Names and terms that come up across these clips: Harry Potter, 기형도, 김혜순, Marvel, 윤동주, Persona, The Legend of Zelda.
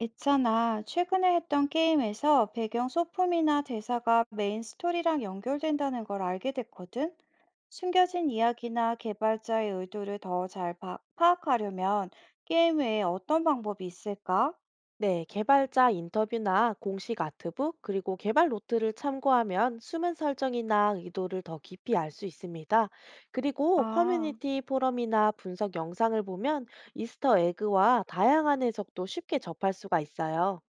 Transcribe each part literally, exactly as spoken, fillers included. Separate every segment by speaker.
Speaker 1: 있잖아, 최근에 했던 게임에서 배경 소품이나 대사가 메인 스토리랑 연결된다는 걸 알게 됐거든? 숨겨진 이야기나 개발자의 의도를 더 잘 파악하려면 게임 외에 어떤 방법이 있을까?
Speaker 2: 네, 개발자 인터뷰나 공식 아트북, 그리고 개발 노트를 참고하면 수면 설정이나 의도를 더 깊이 알 수 있습니다. 그리고
Speaker 1: 아,
Speaker 2: 커뮤니티 포럼이나 분석 영상을 보면 이스터 에그와 다양한 해석도 쉽게 접할 수가 있어요.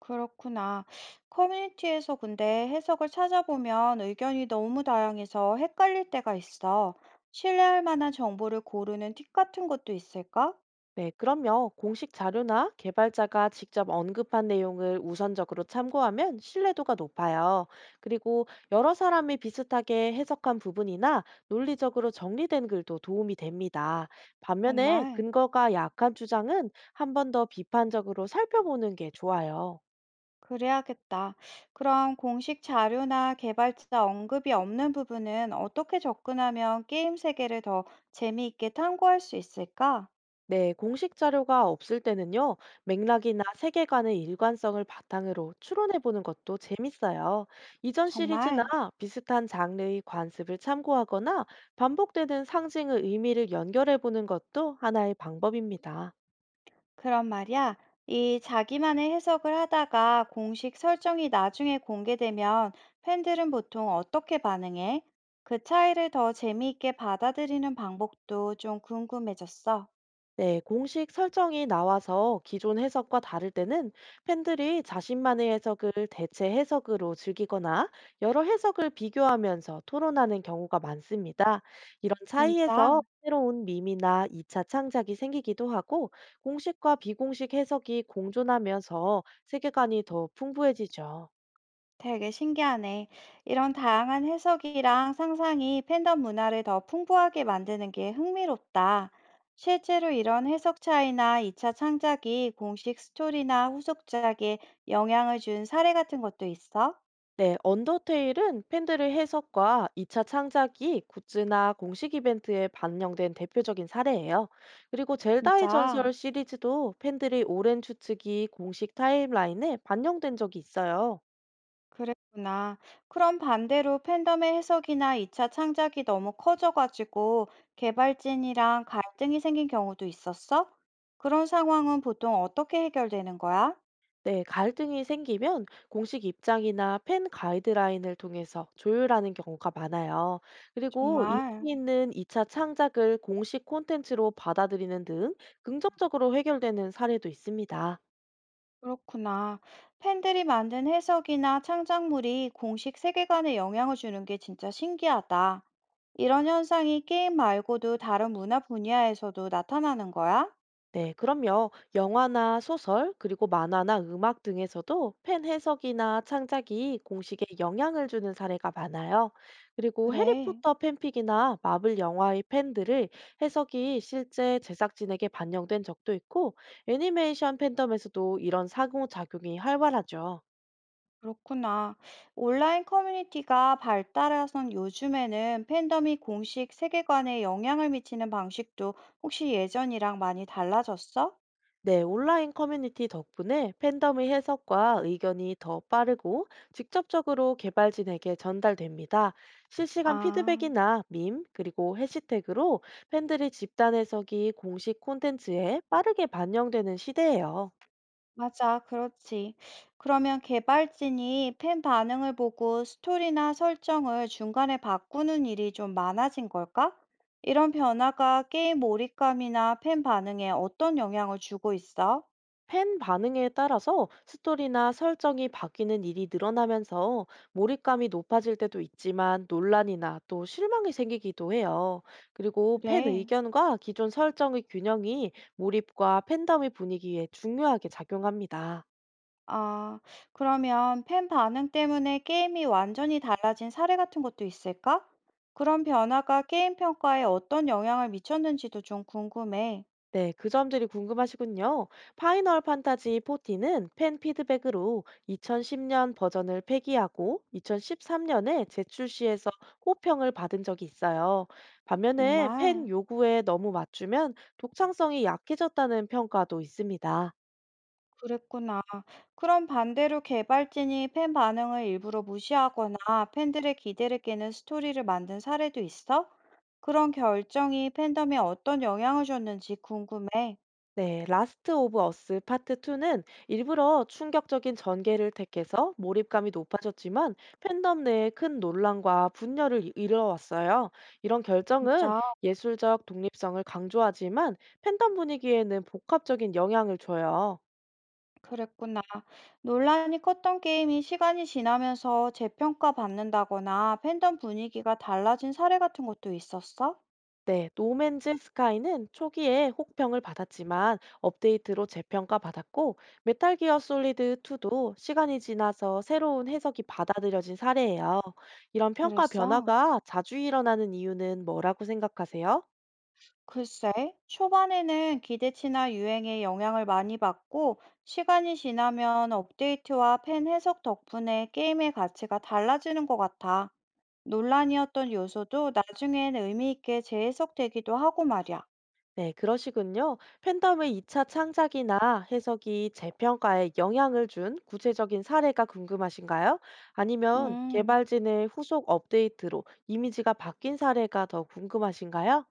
Speaker 1: 그렇구나. 커뮤니티에서 근데 해석을 찾아보면 의견이 너무 다양해서 헷갈릴 때가 있어. 신뢰할 만한 정보를 고르는 팁 같은 것도 있을까?
Speaker 2: 네, 그럼요. 공식 자료나 개발자가 직접 언급한 내용을 우선적으로 참고하면 신뢰도가 높아요. 그리고 여러 사람이 비슷하게 해석한 부분이나 논리적으로 정리된 글도 도움이 됩니다. 반면에
Speaker 1: 정말.
Speaker 2: 근거가 약한 주장은 한 번 더 비판적으로 살펴보는 게 좋아요.
Speaker 1: 그래야겠다. 그럼 공식 자료나 개발자 언급이 없는 부분은 어떻게 접근하면 게임 세계를 더 재미있게 탐구할 수 있을까?
Speaker 2: 네, 공식 자료가 없을 때는요, 맥락이나 세계관의 일관성을 바탕으로 추론해 보는 것도 재밌어요. 이전 시리즈나
Speaker 1: 정말.
Speaker 2: 비슷한 장르의 관습을 참고하거나 반복되는 상징의 의미를 연결해 보는 것도 하나의 방법입니다.
Speaker 1: 그런 말이야. 이 자기만의 해석을 하다가 공식 설정이 나중에 공개되면 팬들은 보통 어떻게 반응해? 그 차이를 더 재미있게 받아들이는 방법도 좀 궁금해졌어.
Speaker 2: 네, 공식 설정이 나와서 기존 해석과 다를 때는 팬들이 자신만의 해석을 대체 해석으로 즐기거나 여러 해석을 비교하면서 토론하는 경우가 많습니다. 이런 차이에서
Speaker 1: 진짜?
Speaker 2: 새로운 밈이나 이 차 창작이 생기기도 하고 공식과 비공식 해석이 공존하면서 세계관이 더 풍부해지죠.
Speaker 1: 되게 신기하네. 이런 다양한 해석이랑 상상이 팬덤 문화를 더 풍부하게 만드는 게 흥미롭다. 실제로 이런 해석 차이나 이 차 창작이 공식 스토리나 후속작에 영향을 준 사례 같은 것도 있어?
Speaker 2: 네, 언더테일은 팬들의 해석과 이 차 창작이 굿즈나 공식 이벤트에 반영된 대표적인 사례예요. 그리고 젤다의 전설
Speaker 1: 진짜?
Speaker 2: 시리즈도 팬들의 오랜 추측이 공식 타임라인에 반영된 적이 있어요.
Speaker 1: 그랬구나. 그럼 반대로 팬덤의 해석이나 이 차 창작이 너무 커져가지고 개발진이랑 갈등이 생긴 경우도 있었어? 그런 상황은 보통 어떻게 해결되는 거야?
Speaker 2: 네, 갈등이 생기면 공식 입장이나 팬 가이드라인을 통해서 조율하는 경우가 많아요. 그리고 인기
Speaker 1: 정말.
Speaker 2: 있는 이 차 창작을 공식 콘텐츠로 받아들이는 등 긍정적으로 해결되는 사례도 있습니다.
Speaker 1: 그렇구나. 팬들이 만든 해석이나 창작물이 공식 세계관에 영향을 주는 게 진짜 신기하다. 이런 현상이 게임 말고도 다른 문화 분야에서도 나타나는 거야?
Speaker 2: 네, 그럼요. 영화나 소설, 그리고 만화나 음악 등에서도 팬 해석이나 창작이 공식에 영향을 주는 사례가 많아요. 그리고
Speaker 1: 그래,
Speaker 2: 해리포터 팬픽이나 마블 영화의 팬들을 해석이 실제 제작진에게 반영된 적도 있고, 애니메이션 팬덤에서도 이런 상호작용이 활발하죠.
Speaker 1: 그렇구나. 온라인 커뮤니티가 발달해선 요즘에는 팬덤이 공식 세계관에 영향을 미치는 방식도 혹시 예전이랑 많이 달라졌어?
Speaker 2: 네, 온라인 커뮤니티 덕분에 팬덤의 해석과 의견이 더 빠르고 직접적으로 개발진에게 전달됩니다. 실시간
Speaker 1: 아.
Speaker 2: 피드백이나 밈, 그리고 해시태그로 팬들의 집단 해석이 공식 콘텐츠에 빠르게 반영되는 시대예요.
Speaker 1: 맞아, 그렇지. 그러면 개발진이 팬 반응을 보고 스토리나 설정을 중간에 바꾸는 일이 좀 많아진 걸까? 이런 변화가 게임 몰입감이나 팬 반응에 어떤 영향을 주고 있어?
Speaker 2: 팬 반응에 따라서 스토리나 설정이 바뀌는 일이 늘어나면서 몰입감이 높아질 때도 있지만 논란이나 또 실망이 생기기도 해요. 그리고 팬
Speaker 1: 그래.
Speaker 2: 의견과 기존 설정의 균형이 몰입과 팬덤의 분위기에 중요하게 작용합니다.
Speaker 1: 아, 그러면 팬 반응 때문에 게임이 완전히 달라진 사례 같은 것도 있을까? 그런 변화가 게임 평가에 어떤 영향을 미쳤는지도 좀 궁금해.
Speaker 2: 네, 그 점들이 궁금하시군요. 파이널 판타지 십사는 팬 피드백으로 이천십 년 버전을 폐기하고 이천십삼 년에 재출시해서 호평을 받은 적이 있어요. 반면에 팬
Speaker 1: 정말
Speaker 2: 요구에 너무 맞추면 독창성이 약해졌다는 평가도 있습니다.
Speaker 1: 그랬구나. 그럼 반대로 개발진이 팬 반응을 일부러 무시하거나 팬들의 기대를 깨는 스토리를 만든 사례도 있어? 그런 결정이 팬덤에 어떤 영향을 줬는지 궁금해.
Speaker 2: 네, 라스트 오브 어스 파트 이는 일부러 충격적인 전개를 택해서 몰입감이 높아졌지만 팬덤 내에 큰 논란과 분열을 이- 이뤄왔어요. 이런 결정은
Speaker 1: 진짜
Speaker 2: 예술적 독립성을 강조하지만 팬덤 분위기에는 복합적인 영향을 줘요.
Speaker 1: 그랬구나. 논란이 컸던 게임이 시간이 지나면서 재평가 받는다거나 팬덤 분위기가 달라진 사례 같은 것도 있었어?
Speaker 2: 네, 노맨즈 스카이는 초기에 혹평을 받았지만 업데이트로 재평가받았고 메탈 기어 솔리드 이도 시간이 지나서 새로운 해석이 받아들여진 사례예요. 이런 평가
Speaker 1: 그랬어?
Speaker 2: 변화가 자주 일어나는 이유는 뭐라고 생각하세요?
Speaker 1: 글쎄, 초반에는 기대치나 유행에 영향을 많이 받고, 시간이 지나면 업데이트와 팬 해석 덕분에 게임의 가치가 달라지는 것 같아. 논란이었던 요소도 나중엔 의미 있게 재해석되기도 하고 말이야.
Speaker 2: 네, 그러시군요. 팬덤의 이 차 창작이나 해석이 재평가에 영향을 준 구체적인 사례가 궁금하신가요? 아니면
Speaker 1: 음,
Speaker 2: 개발진의 후속 업데이트로 이미지가 바뀐 사례가 더 궁금하신가요?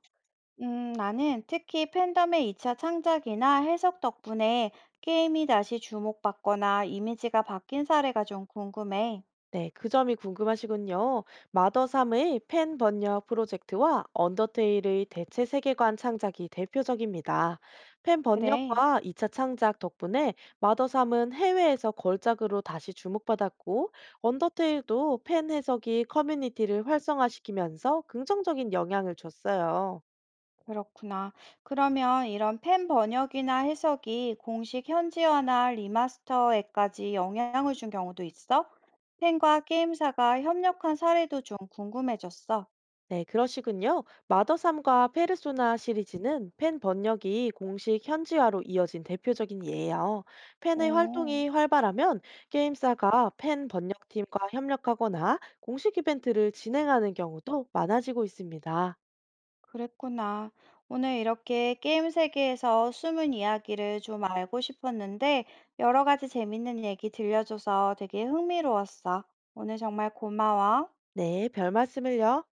Speaker 1: 음, 나는 특히 팬덤의 이차 창작이나 해석 덕분에 게임이 다시 주목받거나 이미지가 바뀐 사례가 좀 궁금해.
Speaker 2: 네, 그 점이 궁금하시군요. 마더삼의 팬 번역 프로젝트와 언더테일의 대체 세계관 창작이 대표적입니다. 팬
Speaker 1: 그래.
Speaker 2: 번역과 이 차 창작 덕분에 마더삼은 해외에서 걸작으로 다시 주목받았고, 언더테일도 팬 해석이 커뮤니티를 활성화시키면서 긍정적인 영향을 줬어요.
Speaker 1: 그렇구나. 그러면 이런 팬 번역이나 해석이 공식 현지화나 리마스터에까지 영향을 준 경우도 있어? 팬과 게임사가 협력한 사례도 좀 궁금해졌어.
Speaker 2: 네, 그러시군요. 마더삼과 페르소나 시리즈는 팬 번역이 공식 현지화로 이어진 대표적인 예예요. 팬의
Speaker 1: 오,
Speaker 2: 활동이 활발하면 게임사가 팬 번역팀과 협력하거나 공식 이벤트를 진행하는 경우도 많아지고 있습니다.
Speaker 1: 그랬구나. 오늘 이렇게 게임 세계에서 숨은 이야기를 좀 알고 싶었는데, 여러 가지 재밌는 얘기 들려줘서 되게 흥미로웠어. 오늘 정말 고마워.
Speaker 2: 네, 별 말씀을요.